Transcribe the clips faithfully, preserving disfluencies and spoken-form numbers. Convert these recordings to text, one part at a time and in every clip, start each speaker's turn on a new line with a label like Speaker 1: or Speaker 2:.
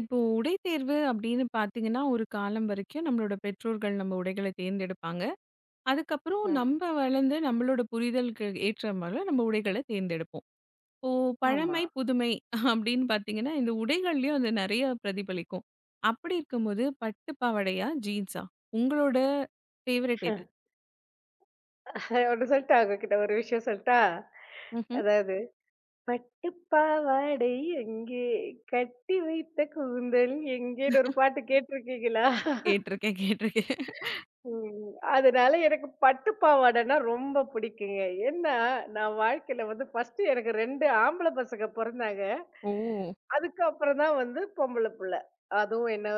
Speaker 1: இப்போ உடை தேர்வு அப்படின்னு பார்த்தீங்கன்னா, ஒரு காலம் வரைக்கும் நம்மளோட பெற்றோர்கள் நம்ம உடைகள தேர்ந்தெடுப்பாங்க. அதுக்கப்புறம்
Speaker 2: ம்.
Speaker 1: நம்ம வளர்ந்து நம்மளோட புரிதலுக்கு ஏற்ற மாரி நம்ம உடைகள தேர்ந்தெடுப்போம். இப்போ
Speaker 2: ஆமா.
Speaker 1: பழமை, புதுமை அப்படின்னு பார்த்தீங்கன்னா, இந்த உடைகள்லயும் அது நெறைய பிரதிபலிக்கும். அப்படி இருக்கும்போது பட்டு பாவாடையா? ஜீன்ஸா? உங்களோட ஃபேவரைட் எது?
Speaker 2: ஒண்ணு சொல்லட்டா உங்ககிட்ட ஒரு விஷயம் சொல்லட்டா?
Speaker 1: ம்ஹ்ம்.
Speaker 2: அதாவது, பட்டு பாவாடை எங்கே? கட்டி வைத்த கூந்தல் எங்கேன்னு ஒரு பாட்டு கேட்டுருக்கீங்களா?
Speaker 1: கேட்டிருக்கேன், கேட்டிருக்கேன்.
Speaker 2: ம். அதனால எனக்கு பட்டு பாவாடைன்னா ரொம்ப பிடிக்குங்க. ஏன்னா, நான் வாழ்க்கையில வந்து ஃபர்ஸ்ட்டு எனக்கு ரெண்டு ஆம்பள பசங்க பொறந்தாங்க.
Speaker 1: ஓ!
Speaker 2: அதுக்கப்புறம் தான் வந்து பொம்பள புள்ள. அதுவும் என்ன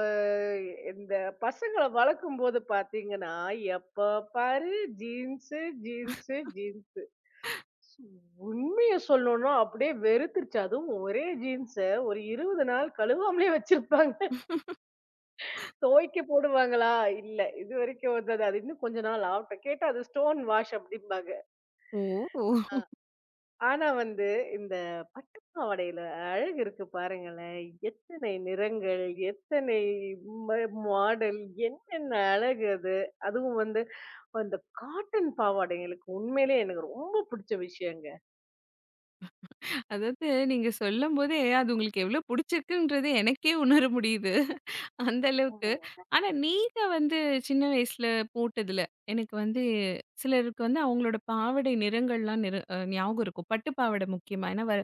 Speaker 2: இந்த பசங்கள வளர்க்கும்போது பார்த்தீங்கன்னா, எப்ப பாரு ஜீன்ஸு, ஜீன்ஸு, ஜீன்ஸு. உண்மைய சொல்லணும்னா அப்படியே வெறுத்துருச்சு. அதுவும் ஒரே ஜீன்ஸ ஒரு இருபது நாள் கழுவாமலே வச்சிருப்பாங்க. துவைக்க போடுவாங்களா? இல்ல. இதுவரைக்கும் வந்தது அது இன்னும் கொஞ்ச நாள் ஆகட்டும். கேட்டா அது ஸ்டோன் வாஷ் அப்டிம்பாங்க.
Speaker 1: ஓ!
Speaker 2: ஆனா வந்து இந்த பட்டு பாவாடையில அழகு இருக்கு பாருங்களேன். எத்தனை நிறங்கள், எத்தனை ம மாடல், என்னென்ன அழகு அது. அதுவும் வந்து அந்த காட்டன் பாவாடைங்களுக்கு உண்மையிலேயே எனக்கு ரொம்ப புடிச்ச விஷயங்க.
Speaker 1: அதாவது நீங்க சொல்லும்போதே அது உங்களுக்கு எவ்வளோ புடிச்சிருக்குன்றது எனக்கே உணர முடியுது. அந்த அளவுக்கு. ஆனா நீங்க வந்து சின்ன வயசுல போட்டதுல, எனக்கு வந்து சிலருக்கு வந்து அவங்களோட பாவாடை நிறங்கள்லாம் நிற அ ஞாபகம் இருக்கும். பட்டு பாவாடை முக்கியமா. ஏன்னா வ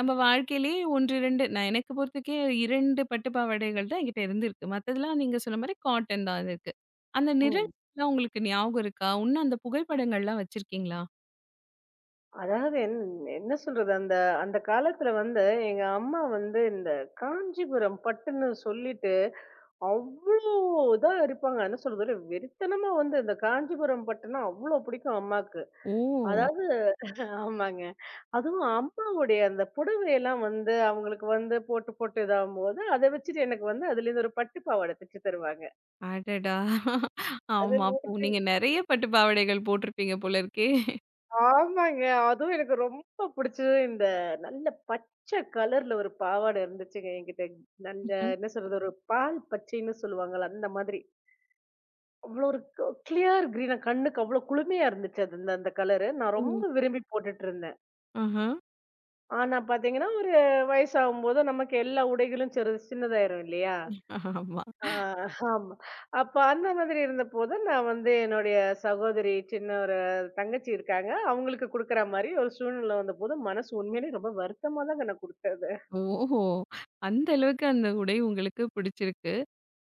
Speaker 1: நம்ம வாழ்க்கையிலேயே ஒன்று, இரண்டு நான் எனக்கு பொறுத்தவரைக்கும் இரண்டு பட்டு பாவாடைகள் தான் என்கிட்ட இருந்திருக்கு. மத்ததெல்லாம் நீங்க சொன்ன மாரி காட்டன் தான் இருக்கு. அந்த
Speaker 2: ம்.
Speaker 1: நிறங்கள்லாம் உங்களுக்கு ஞாபகம் இருக்கா? இன்னும் அந்த புகைப்படங்கள்லாம் வச்சிருக்கீங்களா?
Speaker 2: அதாவது என் என்ன சொல்றது? அந்த அந்த காலத்துல வந்து எங்க அம்மா வந்து இந்த காஞ்சிபுரம் பட்டுன்னு சொல்லிட்டு அவ்ளோ இதா இருப்பாங்க. என்ன சொல்றது? ஒரு வெறித்தனமா வந்து இந்த காஞ்சிபுரம் பட்டுனா அவ்ளோ பிடிக்கும் அம்மாக்கு.
Speaker 1: ஓ!
Speaker 2: அதாவது ஆமாங்க. அதுவும் அம்மாவுடைய அந்த புடவையெல்லாம் வந்து அவங்களுக்கு வந்து போட்டு போட்டு இதாகும்போது, அத வச்சுட்டு எனக்கு வந்து அதுலேருந்து ஒரு பட்டு பாவாடை தச்சு தருவாங்க.
Speaker 1: அடடா!
Speaker 2: அது
Speaker 1: ஆமா. அப்போ
Speaker 2: எனக்கு
Speaker 1: நீங்க நெறைய பட்டு பாவாடைகள் போட்டிருப்பீங்க போல இருக்கே!
Speaker 2: ஆமாங்க. அதுவும் எனக்கு ரொம்ப பிடிச்சது இந்த நல்ல பச்சை கலர்ல ஒரு பாவாடை இருந்துச்சுங்க என்கிட்ட. நல்ல
Speaker 1: ம்ஹ்ம்.
Speaker 2: என்ன சொல்றது? ஒரு பால் பச்சைன்னு சொல்லுவாங்கல்ல அந்த மாதிரி. அவ்வளோ ஒரு க கிளியர் கிரீனா கண்ணுக்கு அவ்வளோ குளுமையா இருந்துச்சு அது அந்த அந்த கலரு. நான்
Speaker 1: ம்.
Speaker 2: ரொம்ப விரும்பி போட்டுட்டுருந்தேன்.
Speaker 1: ஆஹ.
Speaker 2: ஆனா பார்த்தீங்கன்னா, ஒரு வயசாகும்போது நமக்கு எல்லா உடைகளும் சிறு சின்னதாயிரும் இல்லையா?
Speaker 1: ஆமா.
Speaker 2: ஆ ஆமா. அப்ப அந்த மாதிரி இருந்தபோது, நான் வந்து என்னுடைய சகோதரி, சின்ன ஒரு தங்கச்சி இருக்காங்க. அவங்களுக்கு குடுக்குற மாரி ஒரு சூழ்நிலை வந்தபோது, மனசு உண்மையிலேயே ரொம்ப வருத்தமா தாங்க நான் குடுத்தேன் அத.
Speaker 1: ஓஹோ! அந்த அளவுக்கு அந்த உடை உங்களுக்கு பிடிச்சிருக்கு.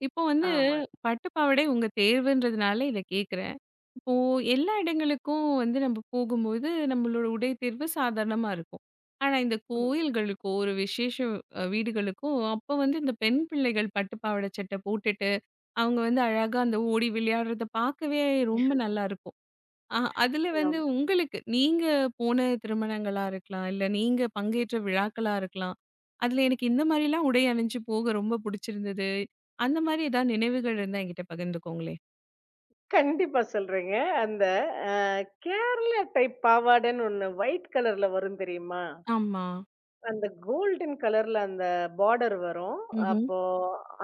Speaker 1: இப்போ வந்து
Speaker 2: ஆமாங்க.
Speaker 1: பட்டு பாவாடை உங்க தேர்வுன்றதுனால இத கேட்கிறேன். இப்போ எல்லா இடங்களுக்கும் வந்து நம்ம போகும்போது நம்மளோட உடை தேர்வு சாதாரணமா இருக்கும். ஆனா இந்த
Speaker 2: ஆமா,
Speaker 1: கோயில்களுக்கோ, ஒரு விசேஷ அ வீடுகளுக்கோ அப்போ வந்து இந்த பெண் பிள்ளைகள் பட்டு பாவாடை சட்டை போட்டுட்டு, அவங்க வந்து அழகா அந்த ஓடி விளையாடுறத பார்க்கவே ரொம்ப நல்லாருக்கும். ஆ அதுல வந்து
Speaker 2: ஆமா.
Speaker 1: உங்களுக்கு நீங்க போன திருமணங்களா இருக்கலாம். இல்ல நீங்க பங்கேற்ற விழாக்களா இருக்கலாம். அதுல எனக்கு இந்த மாரிலாம் உடை அணிஞ்சு போக ரொம்ப புடிச்சிருந்தது. அந்த மாரி ஏதாவது நினைவுகள் இருந்தா என்கிட்ட பகிர்ந்துக்கோங்களேன்.
Speaker 2: கண்டிப்பா சொல்றேங்க. அந்த அ கேரளா டைப் பாவாடைன்னு ஒண்ணு ஒயிட் கலர்ல வரும் தெரியுமா?
Speaker 1: ஆமா.
Speaker 2: அந்த கோல்டன் கலர்ல அந்த பார்டர் வரும்.
Speaker 1: ம்ஹ்ம்.
Speaker 2: அப்போ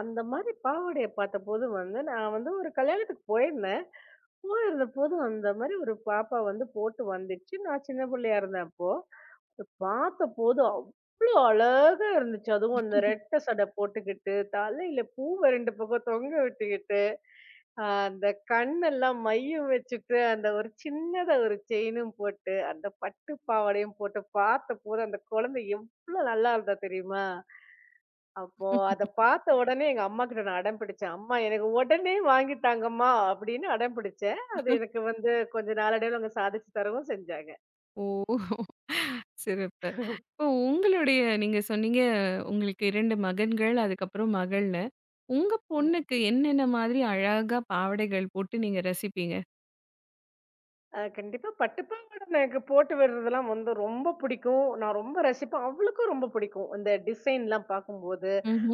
Speaker 2: அந்த மாரி பாவாடைய பார்த்தபோது வந்து, நான் வந்து ஒரு கல்யாணத்துக்கு போயிருந்தேன். போயிருந்தபோது அந்த மாரி ஒரு பாப்பா வந்து போட்டு வந்துச்சு. நான் சின்ன பிள்ளையா இருந்தேன் அப்போ. பார்த்தபோது அவ்ளோ அழகா இருந்துச்சு. அதுவும் அந்த ரெட்டை சடை போட்டுக்கிட்டு, தலையில பூவ ரெண்டு பக்கம் தொங்க விட்டுக்கிட்டு, அ அந்த கண்ணெல்லாம் மையும் வச்சுட்டு, அந்த ஒரு சின்னதா ஒரு செயினும் போட்டு, அந்த பட்டு பாவாடையும் போட்டு பார்த்தபோது, அந்த குழந்தை எவ்ளோ நல்லா இருந்தா தெரியுமா? அப்போ அத பார்த்த உடனே எங்க அம்மாகிட்ட நான் அடம் பிடிச்சேன். "அம்மா எனக்கு உடனே வாங்கி தாங்கம்மா" அப்படின்னு அடம் பிடிச்சேன். அது எனக்கு வந்து கொஞ்ச நாளடைவுல அவங்க சாதிச்சு தரவும் செஞ்சாங்க.
Speaker 1: ஓ! சிறப்பு. இப்போ உங்களுடைய நீங்க சொன்னீங்க உங்களுக்கு இரண்டு மகன்கள், அதுக்கப்புறம் மகள்னு. உங்க பொண்ணுக்கு என்னென்ன மாதிரி அழகா பாவாடைகள் போட்டு நீங்க ரசிப்பீங்க?
Speaker 2: அ கண்டிப்பா பட்டுப்பாவாட எனக்கு போட்டு விடுறதெல்லாம் வந்து ரொம்ப பிடிக்கும். நான் ரொம்ப ரசிப்பேன். அவளுக்கும் ரொம்ப பிடிக்கும். இந்த டிசைன்லாம் எல்லாம் பார்க்கும்போது,
Speaker 1: ம்ஹ்ம்.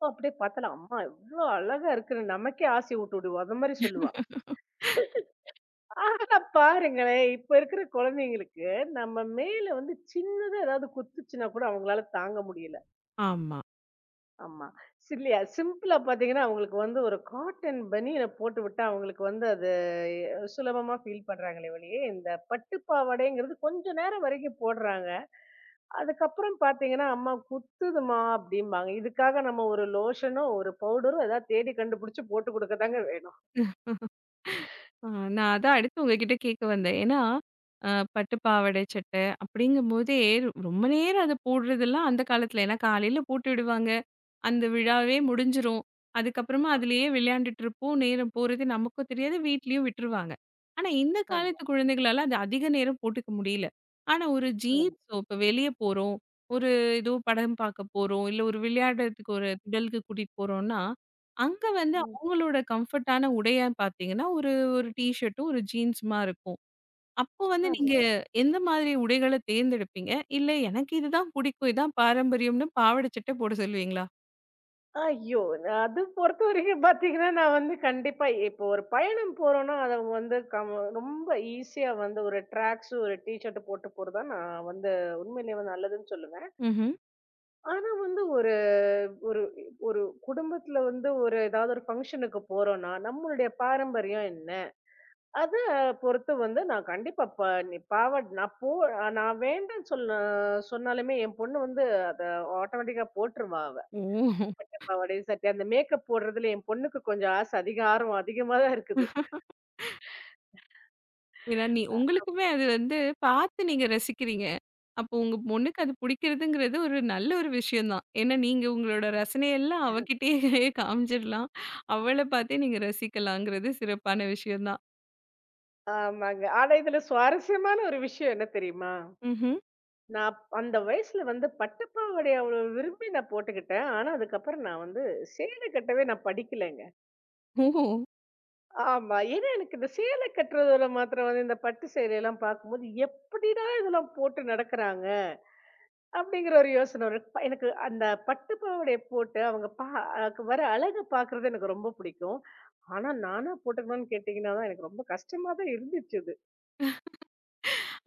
Speaker 2: "ஓ, அப்படியே பார்த்தாலும், "அம்மா எவ்ளோ அழகா இருக்குன்னு" நமக்கே ஆசைய ஊட்டி விடுவா. அது மாரி சொல்லுவா. ஆனா பாருங்களேன், இப்ப இருக்கிற குழந்தைங்களுக்கு நம்ம மேல வந்து சின்னதா ஏதாவது குத்துச்சுன்னா கூட அவங்களால தாங்க முடியல.
Speaker 1: ஆமா.
Speaker 2: ஆமா. ஸ் இல்லையா? சிம்பிளா பார்த்தீங்கன்னா, அவங்களுக்கு வந்து ஒரு காட்டன் பனியன போட்டு விட்டா, அவங்களுக்கு வந்து அது அ சுலபமா ஃபீல் பண்றாங்களே ஒழிய, இந்த பட்டு பாவாடைங்கிறது கொஞ்ச நேரம் வரைக்கும் போடுறாங்க. அதுக்கப்புறம் பார்த்தீங்கன்னா, "அம்மா குத்துதும்மா" அப்படிம்பாங்க. இதுக்காக நம்ம ஒரு லோஷனோ, ஒரு பவுடரோ ஏதாவது தேடி கண்டுபிடிச்சு போட்டு குடுக்க தாங்க வேணும்.
Speaker 1: ஆ, நான் அதான் அடுத்து உங்ககிட்ட கேட்க வந்தேன். ஏன்னா, அ பட்டு பாவாடை, சட்டை அப்படிங்கும்போதே ரொம்ப நேரம் அத போடுறதெல்லாம் அந்த காலத்துல. ஏன்னா காலையில போட்டு விடுவாங்க. அந்த விழாவே முடிஞ்சிரும். அதுக்கப்புறமா
Speaker 2: ஆ.
Speaker 1: அதிலேயே விளையாண்டுட்டு இருப்போம். நேரம் போறது நமக்கும் தெரியாது. வீட்லயும் விட்டுருவாங்க. ஆனா, இந்த
Speaker 2: ஆமா,
Speaker 1: காலத்து குழந்தைகளால அது அதிக நேரம் போட்டுக்க முடியல. ஆனா, ஒரு
Speaker 2: ஆமா.
Speaker 1: ஜீன்ஸோ இப்ப வெளிய போறோம். ஒரு ஏதோ படம் பார்க்க போறோம். இல்ல ஒரு விளையாடுறதுக்கு ஒரு திடலுக்கு கூட்டிட்டு போறோம்னா, அங்க வந்து
Speaker 2: ம்.
Speaker 1: உங்களோட கம்ஃபர்ட்டான உடைய பார்த்தீங்கன்னா, ஒரு ஒரு டீ ஷர்ட்டும், ஒரு ஜீன்ஸுமா இருக்கும். அப்போ வந்து நீங்க
Speaker 2: ஆமா.
Speaker 1: எந்த மாதிரி உடைகள தேர்ந்தெடுப்பீங்க? இல்ல எனக்கு இதுதான் பிடிக்கும், இதான் பாரம்பரியம்னு பாவாட, சட்டை போட சொல்லுவீங்களா?
Speaker 2: ஐயோ! அது பொறுத்தவரைக்கும் பார்த்தீங்கன்னா, நான் வந்து கண்டிப்பா இப்போ ஒரு பயணம் போறோம்னா, அத வந்து கம் ரொம்ப ஈஸியா வந்து ஒரு ட்ராக் ஷூ, ஒரு டீ ஷர்ட் போட்டு போறது தான் நான் வந்து உண்மையிலேயே வந்து நல்லதுன்னு சொல்லுவேன்.
Speaker 1: ம்ஹ்ம்.
Speaker 2: ஆனா வந்து ஒரு ஒரு ஒரு குடும்பத்துல வந்து ஒரு ஏதாவது ஒரு ஃபங்ஷனுக்கு போறோம்னா, நம்மளுடைய பாரம்பரியம் என்ன? அத பொறுத்து வந்து நான் கண்டிப்பா ப நீ பாவாட நான் போ நான் வேண்டான்னு சொல்ல சொன்னாலுமே என் பொண்ணு வந்து அத ஆட்டோமேட்டிக்கா போட்டுருவா அவ.
Speaker 1: ஓ!
Speaker 2: கண்டிப்பா. வடை சட்டி. அந்த மேக்கப் போடுறதுல என் பொண்ணுக்கு கொஞ்சம் ஆசை அதிகாரம் அதிகமா தான் இருக்குது.
Speaker 1: ஏன்னா நீ உங்களுக்குமே அது வந்து பார்த்து நீங்க ரசிக்கிறீங்க. அப்போ உங்க பொண்ணுக்கு அது பிடிக்கிறதுங்கிறது ஒரு நல்ல ஒரு விஷயம் தான். ஏன்னா நீங்க உங்களோட ரசனையெல்லாம் அவகிட்டயே காமிச்சிடலாம். அவள பார்த்தே நீங்க ரசிக்கலாங்கிறது சிறப்பான விஷயம் தான்.
Speaker 2: ஆமாங்க. ஆனா இதுல சுவாரஸ்யமான ஒரு விஷயம் என்ன தெரியுமா?
Speaker 1: ம்ஹ்ம்.
Speaker 2: நான் அப் அந்த வயசுல வந்து பட்டுப்பாவாடைய அவ்ளோ விரும்பி நான் போட்டுக்கிட்டேன். ஆனா அதுக்கப்புறம் நான் வந்து சேலை கட்டவே நான் படிக்கலைங்க.
Speaker 1: ஓ!
Speaker 2: ஆமா. ஏன்னா எனக்கு இந்த சேலை கட்டுறதுல மாத்திரம் வந்து இந்த பட்டு சேலையெல்லாம் பார்க்கும்போது, எப்படிடா இதெல்லாம் போட்டு நடக்கிறாங்க? அப்படிங்கிற ஒரு யோசனை வரும். ப எனக்கு அந்த பட்டு பாவாடைய போட்டு அவங்க பா அதுக்கு வர அழக பார்க்குறது எனக்கு ரொம்ப பிடிக்கும். ஆனா நானா போட்டுக்கணும்னு கேட்டீங்கன்னா தான் எனக்கு ரொம்ப கஷ்டமா தான் இருந்துச்சு அது.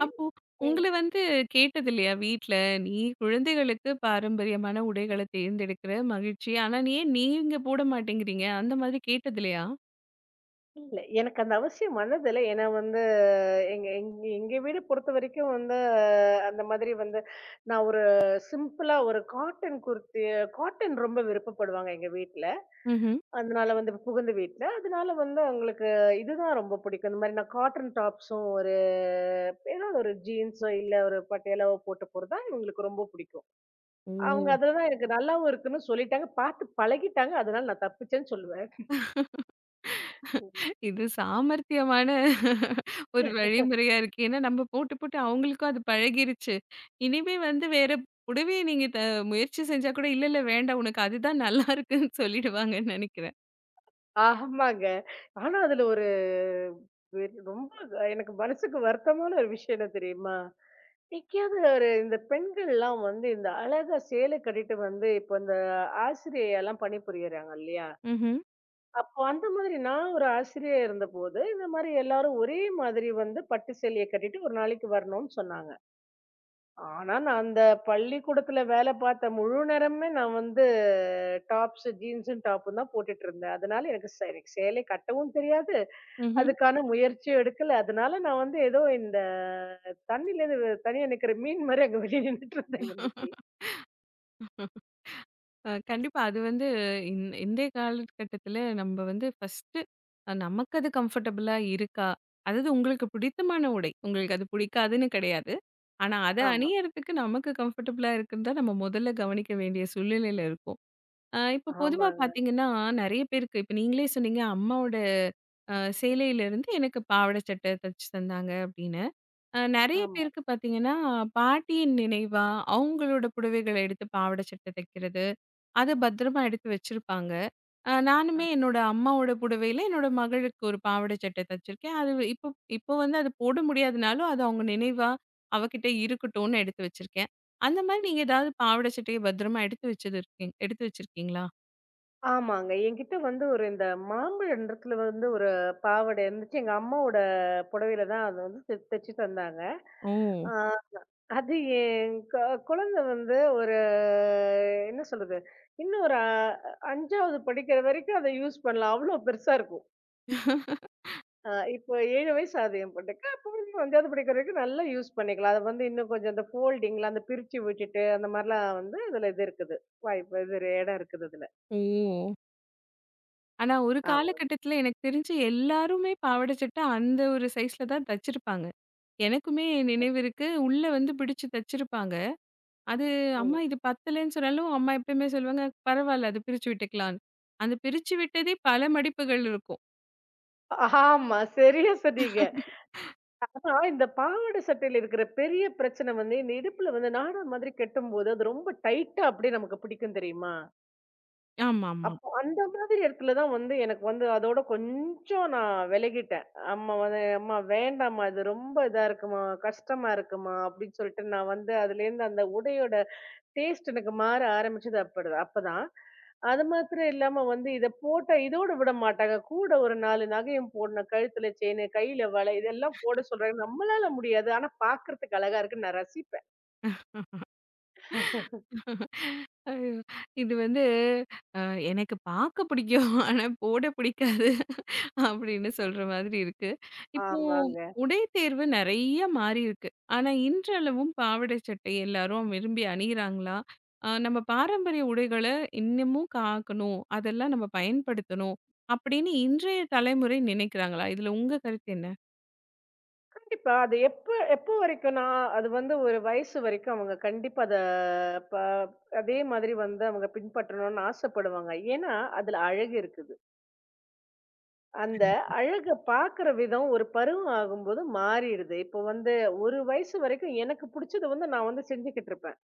Speaker 1: அப்போ
Speaker 2: ம்.
Speaker 1: உங்கள வந்து கேட்டது இல்லையா வீட்ல, "நீ குழந்தைகளுக்கு பாரம்பரியமான உடைகள தேர்ந்தெடுக்கிற மகிழ்ச்சி. ஆனா நீ ஏன் நீங்க போட மாட்டேங்கிறீங்க?" அந்த மாதிரி கேட்டது இல்லையா?
Speaker 2: இல்ல எனக்கு அந்த அவசியம் வந்ததில்ல. ஏன்னா வந்து எங்க எங்க எங்க வீடு பொறுத்தவரைக்கும் வந்து அஹ், அந்த மாதிரி வந்து நான் ஒரு சிம்பிளா ஒரு காட்டன் குர்த்தி காட்டன் ரொம்ப விருப்பப்படுவாங்க எங்க வீட்ல.
Speaker 1: ம்ஹ்ம்.
Speaker 2: அதனால வந்து இப்ப புகுந்த வீட்ல. அதனால வந்து அவங்களுக்கு இதுதான் ரொம்ப பிடிக்கும். இந்த மாரி நான் காட்டன் டாப்ஸும், ஒரு ஏதாவது ஒரு ஜீன்ஸோ, இல்ல ஒரு பட்டியாலாவோ போட்டு போறது தான் இவங்களுக்கு ரொம்ப பிடிக்கும். அவங்க
Speaker 1: ஓ!
Speaker 2: அதுல தான் எனக்கு நல்லாவும் இருக்குன்னு சொல்லிட்டாங்க. பார்த்து பழகிட்டாங்க. அதனால நான் தப்பிச்சேன்னு சொல்லுவேன்.
Speaker 1: இது சாமர்த்தியமான ஒரு வழிமுறையா இருக்கு. ஏன்னா நம்ம போட்டு, போட்டு அவங்களுக்கும் அது பழகிருச்சு. இனிமே வந்து வேற புடவைய நீங்க த முயற்சி செஞ்சா கூட, "இல்ல, இல்ல வேண்டாம். உனக்கு அதுதான் நல்லா இருக்குன்னு" சொல்லிடுவாங்கன்னு நெனைக்கிறேன்.
Speaker 2: ஆமாங்க. ஆனா அதுல ஒரு வெறு ரொம்ப எனக்கு மனசுக்கு வருத்தமான ஒரு விஷயம் என்ன தெரியுமா? எங்கேயாவது ஒரு இந்த பெண்கள்லாம் வந்து இந்த அழகா சேலை கட்டிட்டு வந்து, இப்ப இந்த ஆசிரியையெல்லாம் பணிபுரியறாங்க இல்லையா?
Speaker 1: ம்ஹ்ம்.
Speaker 2: அப்போ அந்த மாதிரி நான் ஒரு ஆசிரியையா இருந்தபோது, இந்த மாரி எல்லாரும் ஒரே மாதிரி வந்து பட்டு சேலைய கட்டிட்டு ஒரு நாளைக்கு வரணும்னு சொன்னாங்க. ஆனா, நான் அந்த பள்ளிக்கூடத்துல வேலை பார்த்த முழு நேரமுமே நான் வந்து டாப்ஸ், ஜீன்ஸும் டாப்பும் தான் போட்டுட்டு இருந்தேன். அதனால எனக்கு சே எனக்கு சேலை கட்டவும் தெரியாது.
Speaker 1: ம்ஹ்ம்.
Speaker 2: அதுக்கான முயற்சியும் எடுக்கல. அதனால நான் வந்து ஏதோ இந்த தண்ணியிலேருந்து தனியா நிக்கிற மீன் மாரி அங்க வெளிய நின்னுட்டு இருந்தேங்க அன்னைக்கு.
Speaker 1: அ கண்டிப்பா. அது வந்து இந் இன்றைய காலகட்டத்தில நம்ம வந்து ஃபர்ஸ்ட்டு அ நமக்கு அது கம்ஃபர்டபுளா இருக்கா? அதாவது உங்களுக்கு பிடித்தமான உடை. உங்களுக்கு அது பிடிக்காதுன்னு கிடையாது. ஆனா, அத
Speaker 2: ஆமா.
Speaker 1: அணியறதுக்கு நமக்கு கம்ஃபர்டபுளா இருக்குன்னு தான் நம்ம முதல்ல கவனிக்க வேண்டிய சூழ்நிலையில இருக்கோம். அ இப்போ பொதுவா
Speaker 2: ஆமாங்க.
Speaker 1: பார்த்தீங்கன்னா, நெறைய பேருக்கு இப்ப நீங்களே சொன்னீங்க, அம்மாவோட அ சேலையிலிருந்து எனக்கு பாவாடை சட்டை தச்சு தந்தாங்க அப்படின்னு. அ நெறைய
Speaker 2: ஆமா.
Speaker 1: பேருக்கு பார்த்தீங்கன்னா, பாட்டியின் நினைவா அவங்களோட புடவைகள எடுத்து பாவாடை சட்டை தைக்கிறது. அத பத்திரமா எடுத்து வச்சிருப்பாங்க. அ நானுமே என்னோட அம்மாவோட புடவையில என்னோட மகளுக்கு ஒரு பாவாடை சட்டை தச்சிருக்கேன். அது இப்போ இப்போ வந்து அது போட முடியாதுனாலும், அது அவங்க நினைவா அவகிட்ட இருக்கட்டும்னு எடுத்து வச்சிருக்கேன். அந்த மாரி நீங்க ஏதாவது பாவாடை சட்டைய பத்திரமா எடுத்து வச்சது இருக்கீங் எடுத்து வச்சிருக்கீங்களா?
Speaker 2: ஆமாங்க. என்கிட்ட வந்து ஒரு இந்த மாம்பழ நிறத்துல வந்து ஒரு பாவாடை இருந்துச்சு. எங்க அம்மாவோட புடவையில தான் அது வந்து தெ தெச்சு தந்தாங்க.
Speaker 1: ஓ!
Speaker 2: ஆ அது என் க குழந்தை வந்து ஒரு என்ன சொல்றது? இன்னும் ஒரு அ அஞ்சாவது படிக்கிற வரைக்கும் அத யூஸ் பண்ணலாம். அவ்ளோ பெருசா இருக்கும். அ இப்போ ஏழு வயசு ஆகுது என் பொண்ணுக்கு. அப்போ வந்து ஐந்தாவது படிக்கிற வரைக்கும் நல்லா யூஸ் பண்ணிக்கலாம். அத வந்து இன்னும் கொஞ்சம் அந்த ஃபோல்டிங்ல அந்த பிரிச்சு விட்டுட்டு அந்த மாரிலாம் வந்து அதுல இது இருக்குது. வாய்ப்பு இது இடம் இருக்குது அதுல.
Speaker 1: ஓ! ஆனா ஒரு
Speaker 2: ஆமா.
Speaker 1: காலகட்டத்துல எனக்கு தெரிஞ்சு எல்லாருமே பாவாடை சட்டை அந்த ஒரு சைஸ்ல தான் தச்சிருப்பாங்க. எனக்குமே நினைவு இருக்கு. உள்ள வந்து பிடிச்சு தச்சிருப்பாங்க. அது
Speaker 2: ம்.
Speaker 1: அம்மா இது பத்தலன்னு சொன்னாலும், அம்மா எப்பயுமே சொல்லுவாங்க, "பரவால்ல அது பிரிச்சு விட்டுக்கலான்னு." அந்த பிரிச்சு விட்டதே பல மடிப்புகள் இருக்கும்.
Speaker 2: ஆமா. சரியா சொன்னீங்க. ஆனா இந்த பாவாடை சட்டையில இருக்கிற பெரிய பிரச்சனை வந்து, இந்த இடுப்புல வந்து நாடா மாதிரி கட்டும்போது, அது ரொம்ப டைட்டா அப்படியே நமக்கு பிடிக்கும் தெரியுமா?
Speaker 1: ஆமாமா.
Speaker 2: அப்போ அந்த மாதிரி இடத்துல தான் வந்து எனக்கு வந்து அதோட கொஞ்சம் நான் விலகிட்டேன். அம்மா வந்து, "அம்மா வேண்டாம்மா, இது ரொம்ப இதா இருக்குமா, கஷ்டமா இருக்குமா" அப்படின்னு சொல்லிட்டு நான் வந்து அதுலேருந்து அந்த உடையோட டேஸ்ட் எனக்கு மாற ஆரம்பிச்சது அப்பதான் அப்பதான். அது மாத்திரம் இல்லாம வந்து இத போட்டா இதோட விட மாட்டாங்க. கூட ஒரு நாலு நகையும் போடணும். கழுத்துல செயின், கையில வளை இதெல்லாம் போட சொல்றாங்க. நம்மளால முடியாது. ஆனா பார்க்கறதுக்கு அழகா இருக்குன்னு நான் ரசிப்பேன்.
Speaker 1: ஐயோ! இது வந்து அ எனக்கு பார்க்க பிடிக்கும். ஆனா போட பிடிக்காது. அப்படின்னு சொல்ற மாதிரி இருக்கு. இப்போ
Speaker 2: ஆமாங்க.
Speaker 1: உடை தேர்வு நெறைய மாறியிருக்கு. ஆனா, இன்றளவும் பாவாடை, சட்டை எல்லாரும் விரும்பி அணியிறாங்களா? அ நம்ம பாரம்பரிய உடைகள இன்னமும் காக்கணும். அதெல்லாம் நம்ம பயன்படுத்தணும். அப்படின்னு இன்றைய தலைமுறை நினைக்கிறாங்களா? இதுல உங்க கருத்து என்ன?
Speaker 2: கண்டிப்பா. அது எப்ப எப்ப வரைக்கும்னா, அது வந்து ஒரு வயசு வரைக்கும் அவங்க கண்டிப்பா அத ப அதே மாதிரி வந்து அவங்க பின்பற்றணும்னு ஆசைப்படுவாங்க. ஏன்னா, அதுல அழகு இருக்குது. அந்த
Speaker 1: கண்டிப்பா.
Speaker 2: அழக பாக்குற விதம் ஒரு பருவம் ஆகும்போது மாறிடுது. இப்போ வந்து ஒரு வயசு வரைக்கும் எனக்கு புடிச்சது வந்து நான் வந்து செஞ்சுகிட்டு இருப்பேன்.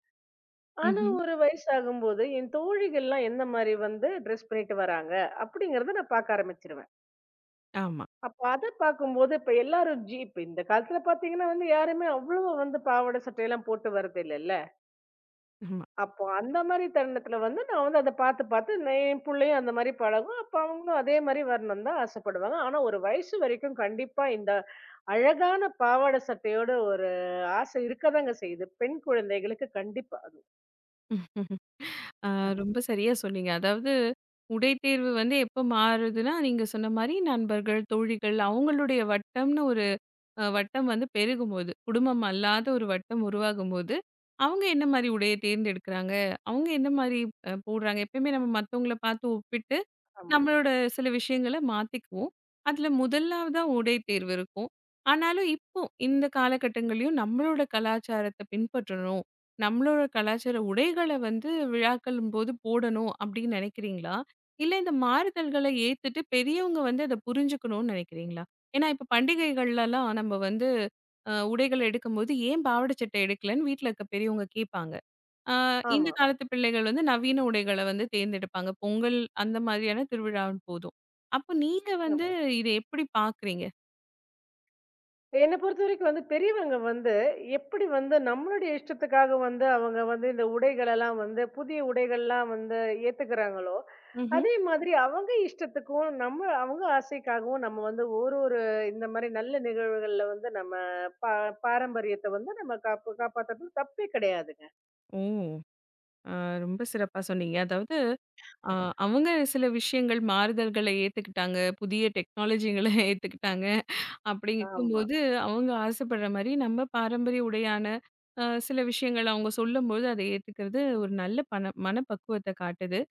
Speaker 2: ஆனா
Speaker 1: ம்ஹ்ம்.
Speaker 2: ஒரு வயசு ஆகும்போது என் தோழிகள்லாம் எந்த மாரி வந்து ட்ரெஸ் பண்ணிட்டு வராங்க அப்படிங்கறத நான் பாக்க ஆரம்பிச்சுருவேன்.
Speaker 1: ஆமா,
Speaker 2: அப்ப அத பாக்கும்போது இப்ப எல்லாரும் ஜீ இப்ப இந்த காலத்துல பாத்தீங்கன்னா வந்து யாருமே அவ்வளவா வந்து பாவாடை சட்டையெல்லாம் போட்டு வர்றதில்லல்ல.
Speaker 1: ஆமா.
Speaker 2: அப்போ அந்த மாரி தருணத்துல வந்து நான் வந்து அத பாத்து, பாத்து நான் என் புள்ளையும் அந்த மாரி பழகும். அப்ப அவங்களும் அதே மாரி வரணும்னு தான் ஆசைப்படுவாங்க. ஆனா ஒரு வயசு வரைக்கும் கண்டிப்பா இந்த அழகான பாவாடை சட்டையோட ஒரு ஆசை இருக்கதாங்க செய்யுது. பெண் குழந்தைகளுக்கு கண்டிப்பா அது.
Speaker 1: ஆ ரொம்ப சரியா சொன்னீங்க. அதாவது உடை தேர்வு வந்து எப்ப மாறுதுன்னா, நீங்க சொன்ன மாரி நண்பர்கள், தோழிகள் அவங்களுடைய வட்டம்னு ஒரு அ வட்டம் வந்து பெருகும்போது, குடும்பம் அல்லாத ஒரு வட்டம் உருவாகும்போது, அவங்க என்ன மாரி உடைய தேர்ந்தெடுக்கிறாங்க? அவங்க என்ன மாரி அ போடுறாங்க? எப்பயுமே நம்ம மத்தவங்கள பார்த்து ஒப்பிட்டு,
Speaker 2: ஆமா,
Speaker 1: நம்மளோட சில விஷயங்கள மாத்திக்குவோம். அதுல முதலாவதா உடை தேர்வு இருக்கும். ஆனாலும் இப்போ இந்த காலகட்டங்கள்லயும் நம்மளோட கலாச்சாரத்த பின்பற்றணும். நம்மளோட கலாச்சார உடைகள வந்து விழாக்களும்போது போடணும் அப்படின்னு நினைக்கிறீங்களா? இல்ல இந்த மாறுதல்கள ஏத்துட்டு பெரியவங்க வந்து அத புரிஞ்சுக்கணும்னு நினைக்கிறீங்களா? ஏன்னா இப்ப பண்டிகைகள்லலாம் நம்ம வந்து அ உடைகள் எடுக்கும்போது ஏன் பாவாட சட்டை எடுக்கலன்னு வீட்ல இருக்க பெரியவங்க கேட்பாங்க. ஆ, இந்த
Speaker 2: ஆமா.
Speaker 1: காலத்து பிள்ளைகள் வந்து நவீன உடைகள வந்து தேர்ந்தெடுப்பாங்க. பொங்கல் அந்த மாதிரியான திருவிழாவின் போதும். அப்போ நீங்க வந்து இத எப்படி பார்க்குறீங்க?
Speaker 2: என்ன பொறுத்தவரைக்கும் வந்து பெரியவங்க வந்து எப்படி வந்து நம்மளுடைய இஷ்டத்துக்காக வந்து அவங்க வந்து இந்த உடைகள் எல்லாம் வந்து புதிய உடைகள்லாம் வந்து ஏத்துக்கிறாங்களோ
Speaker 1: ம்ஹ்ம்.
Speaker 2: அதே மாதிரி அவங்க இஷ்டத்துக்கும் நம்ம அவங்க ஆசைக்காகவும் நம்ம வந்து ஒரு ஒரு இந்த மாதிரி நல்ல நிகழ்வுகள்ல வந்து நம்ம பா பாரம்பரியத்தை வந்து நம்ம காப்பு காப்பாத்துறது தப்பே கிடையாதுங்க
Speaker 1: ஓ! அ ரொம்ப சிறப்பா சொன்னீங்க. அதாவது அ அவங்க சில விஷயங்கள் மாறுதல்கள ஏத்துக்கிட்டாங்க. புதிய டெக்னாலஜிகள ஏத்துக்கிட்டாங்க.
Speaker 2: ஆமா
Speaker 1: அப்படிங்கும்போது அவங்க ஆசைப்படுற மாரி நம்ம பாரம்பரிய உடையான அ சில விஷயங்கள் அவங்க சொல்லும்போது அத ஏத்துக்கிறது ஒரு நல்ல பண மனப்பக்குவத்த காட்டுது.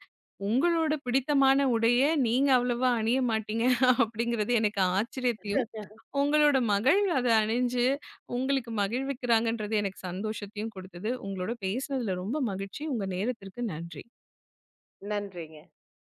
Speaker 1: உங்களோட பிடித்தமான உடைய நீங்க அவ்வளவா அணிய மாட்டீங்க அப்படிங்கிறது எனக்கு ஆச்சரியத்தையும், உங்களோட மகள் அத அணிஞ்சு உங்களுக்கு மகிழ்விக்கிறாங்கன்றது எனக்கு சந்தோஷத்தையும் குடுத்தது. உங்களோட பேசினதுல ரொம்ப மகிழ்ச்சி. உங்க நேரத்திற்கு நன்றி.
Speaker 2: நன்றிங்க